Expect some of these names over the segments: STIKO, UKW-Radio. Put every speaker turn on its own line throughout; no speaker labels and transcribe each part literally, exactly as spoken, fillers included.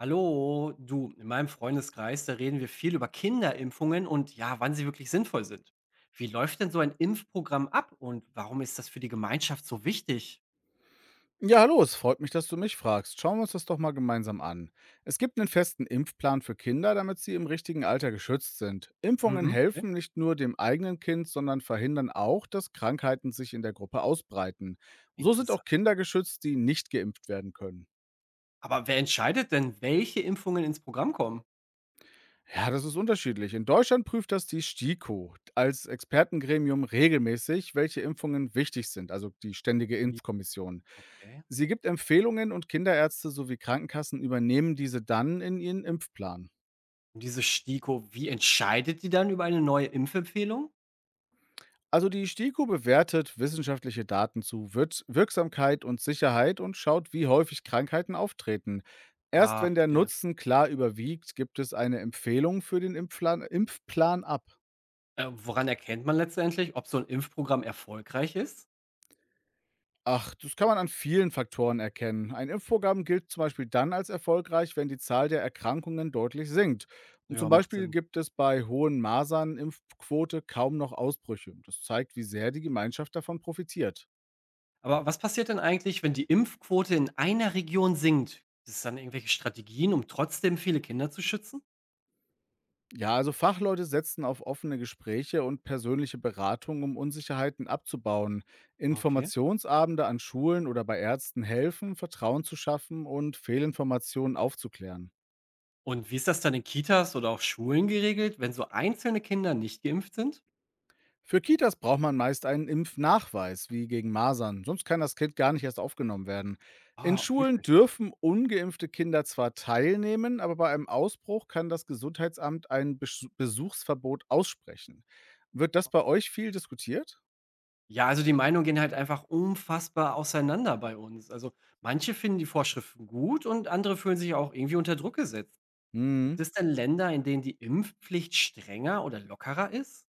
Hallo, du, in meinem Freundeskreis, da reden wir viel über Kinderimpfungen und ja, wann sie wirklich sinnvoll sind. Wie läuft denn so ein Impfprogramm ab und warum ist das für die Gemeinschaft so wichtig?
Ja, hallo, es freut mich, dass du mich fragst. Schauen wir uns das doch mal gemeinsam an. Es gibt einen festen Impfplan für Kinder, damit sie im richtigen Alter geschützt sind. Impfungen
Mhm, okay.
helfen nicht nur dem eigenen Kind, sondern verhindern auch, dass Krankheiten sich in der Gruppe ausbreiten. So sind auch
Interessant.
Kinder geschützt, die nicht geimpft werden können.
Aber wer entscheidet denn, welche Impfungen ins Programm kommen?
Ja, das ist unterschiedlich. In Deutschland prüft das die STIKO als Expertengremium regelmäßig, welche Impfungen wichtig sind, also die Ständige
Ja,
Impfkommission.
okay.
Sie gibt Empfehlungen und Kinderärzte sowie Krankenkassen übernehmen diese dann in ihren Impfplan.
Und diese STIKO, wie entscheidet die dann über eine neue Impfempfehlung?
Also die STIKO bewertet wissenschaftliche Daten zu Wirks- Wirksamkeit und Sicherheit und schaut, wie häufig Krankheiten auftreten. Erst
Ah,
wenn der
verstehe.
Nutzen klar überwiegt, gibt es eine Empfehlung für den Impfplan, Impfplan ab.
Äh, woran erkennt man letztendlich, ob so ein Impfprogramm erfolgreich ist?
Ach, das kann man an vielen Faktoren erkennen. Ein Impfprogramm gilt zum Beispiel dann als erfolgreich, wenn die Zahl der Erkrankungen deutlich sinkt. Und
Ja,
zum
macht
Beispiel
Sinn.
gibt es bei hohen Masern-Impfquote kaum noch Ausbrüche. Das zeigt, wie sehr die Gemeinschaft davon profitiert.
Aber was passiert denn eigentlich, wenn die Impfquote in einer Region sinkt? Gibt es dann irgendwelche Strategien, um trotzdem viele Kinder zu schützen?
Ja, also Fachleute setzen auf offene Gespräche und persönliche Beratung, um Unsicherheiten abzubauen.
Okay.
Informationsabende an Schulen oder bei Ärzten helfen, Vertrauen zu schaffen und Fehlinformationen aufzuklären.
Und wie ist das dann in Kitas oder auch Schulen geregelt, wenn so einzelne Kinder nicht geimpft sind?
Für Kitas braucht man meist einen Impfnachweis, wie gegen Masern, sonst kann das Kind gar nicht erst aufgenommen werden. In
Ah,
Schulen
wirklich.
dürfen ungeimpfte Kinder zwar teilnehmen, aber bei einem Ausbruch kann das Gesundheitsamt ein Besch- Besuchsverbot aussprechen. Wird das bei euch viel diskutiert?
Ja, also die Meinungen gehen halt einfach unfassbar auseinander bei uns. Also manche finden die Vorschriften gut und andere fühlen sich auch irgendwie unter Druck gesetzt.
Hm.
Gibt es denn Länder, in denen die Impfpflicht strenger oder lockerer ist?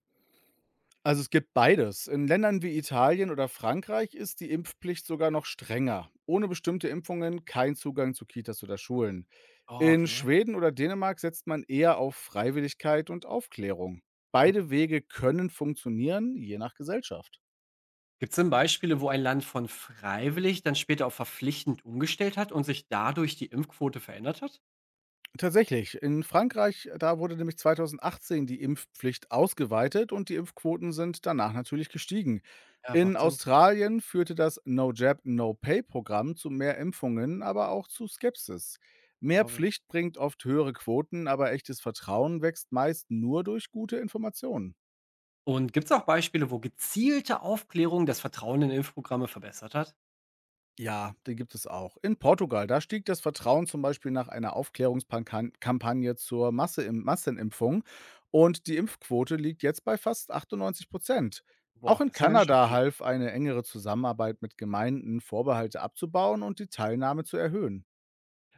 Also es gibt beides. In Ländern wie Italien oder Frankreich ist die Impfpflicht sogar noch strenger. Ohne bestimmte Impfungen kein Zugang zu Kitas oder Schulen.
Oh,
In
okay.
Schweden oder Dänemark setzt man eher auf Freiwilligkeit und Aufklärung. Beide Wege können funktionieren, je nach Gesellschaft.
Gibt's denn Beispiele, wo ein Land von freiwillig dann später auf verpflichtend umgestellt hat und sich dadurch die Impfquote verändert hat?
Tatsächlich, in Frankreich, da wurde nämlich zwanzig achtzehn die Impfpflicht ausgeweitet und die Impfquoten sind danach natürlich gestiegen.
Ja,
In
macht Sinn,
Australien führte das No Jab, No Pay Programm zu mehr Impfungen, aber auch zu Skepsis.
ja,
Mehr
glaube ich.
Pflicht bringt oft höhere Quoten, aber echtes Vertrauen wächst meist nur durch gute Informationen.
Und gibt es auch Beispiele, wo gezielte Aufklärung das Vertrauen in Impfprogramme verbessert hat?
Ja, die gibt es auch. In Portugal, da stieg das Vertrauen zum Beispiel nach einer Aufklärungskampagne zur Masse Massenimpfung und die Impfquote liegt jetzt bei fast achtundneunzig Prozent. Auch
Boah,
in
das ist ja ganz schön
Kanada
viel.
half eine engere Zusammenarbeit mit Gemeinden, Vorbehalte abzubauen und die Teilnahme zu erhöhen.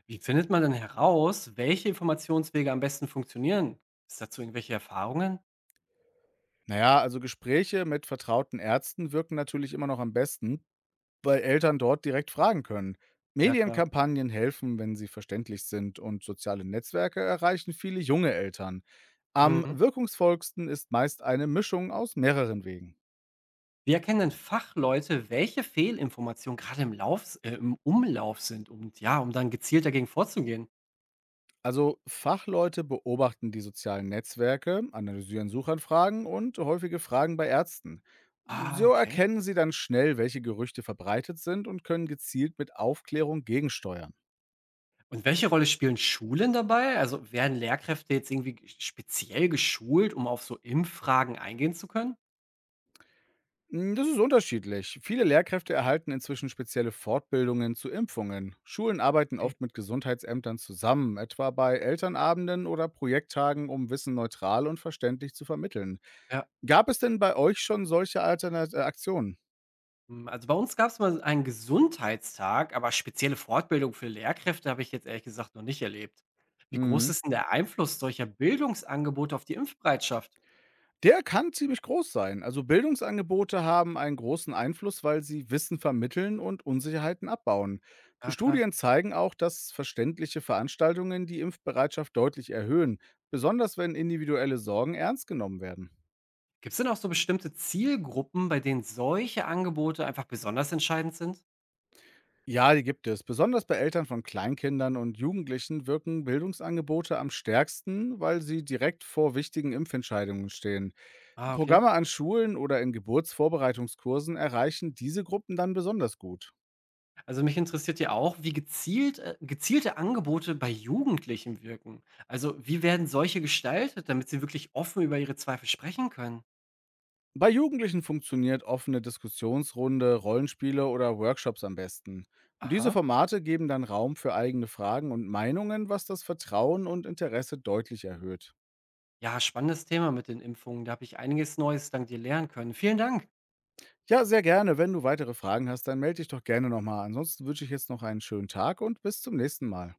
Wie findet man denn heraus, welche Informationswege am besten funktionieren? Ist dazu irgendwelche Erfahrungen?
Naja, also Gespräche mit vertrauten Ärzten wirken natürlich immer noch am besten, bei Eltern dort direkt fragen können.
Ja, klar.
Medienkampagnen helfen, wenn sie verständlich sind und soziale Netzwerke erreichen viele junge Eltern. Am
Mhm.
wirkungsvollsten ist meist eine Mischung aus mehreren Wegen.
Wie erkennen denn Fachleute, welche Fehlinformationen gerade im, Lauf, äh, im Umlauf sind, um ja, um dann gezielt dagegen vorzugehen?
Also Fachleute beobachten die sozialen Netzwerke, analysieren Suchanfragen und häufige Fragen bei Ärzten.
Ah,
So
okay.
erkennen sie dann schnell, welche Gerüchte verbreitet sind und können gezielt mit Aufklärung gegensteuern.
Und welche Rolle spielen Schulen dabei? Also werden Lehrkräfte jetzt irgendwie g speziell geschult, um auf so Impffragen eingehen zu können?
Hm, das ist unterschiedlich. Viele Lehrkräfte erhalten inzwischen spezielle Fortbildungen zu Impfungen. Schulen arbeiten
Okay.
oft mit Gesundheitsämtern zusammen, etwa bei Elternabenden oder Projekttagen, um Wissen neutral und verständlich zu vermitteln.
Ja,
Gab es denn bei euch schon solche Alternat äh, Aktionen?
hm, also bei uns gab es mal einen Gesundheitstag, aber spezielle Fortbildung für Lehrkräfte habe ich jetzt ehrlich gesagt noch nicht erlebt. Wie groß
Mhm.
ist denn der Einfluss solcher Bildungsangebote auf die Impfbereitschaft?
Der kann ziemlich groß sein. Also Bildungsangebote haben einen großen Einfluss, weil sie Wissen vermitteln und Unsicherheiten abbauen.
Ja, klar.
Studien zeigen auch, dass verständliche Veranstaltungen die Impfbereitschaft deutlich erhöhen, besonders wenn individuelle Sorgen ernst genommen werden.
Gibt es denn auch so bestimmte Zielgruppen, bei denen solche Angebote einfach besonders entscheidend sind?
Ja, die gibt es. Besonders bei Eltern von Kleinkindern und Jugendlichen wirken Bildungsangebote am stärksten, weil sie direkt vor wichtigen Impfentscheidungen stehen.
Ah, okay.
Programme an Schulen oder in Geburtsvorbereitungskursen erreichen diese Gruppen dann besonders gut.
Also mich interessiert ja auch, wie gezielt, äh, gezielte Angebote bei Jugendlichen wirken. Also wie werden solche gestaltet, damit sie wirklich offen über ihre Zweifel sprechen können?
Bei Jugendlichen funktioniert offene Diskussionsrunde, Rollenspiele oder Workshops am besten. Diese
Aha.
Formate geben dann Raum für eigene Fragen und Meinungen, was das Vertrauen und Interesse deutlich erhöht.
Ja, spannendes Thema mit den Impfungen. Da habe ich einiges Neues dank dir lernen können. Vielen Dank.
Ja, sehr gerne. Wenn du weitere Fragen hast, dann melde dich doch gerne nochmal. Ansonsten wünsche ich jetzt noch einen schönen Tag und bis zum nächsten Mal.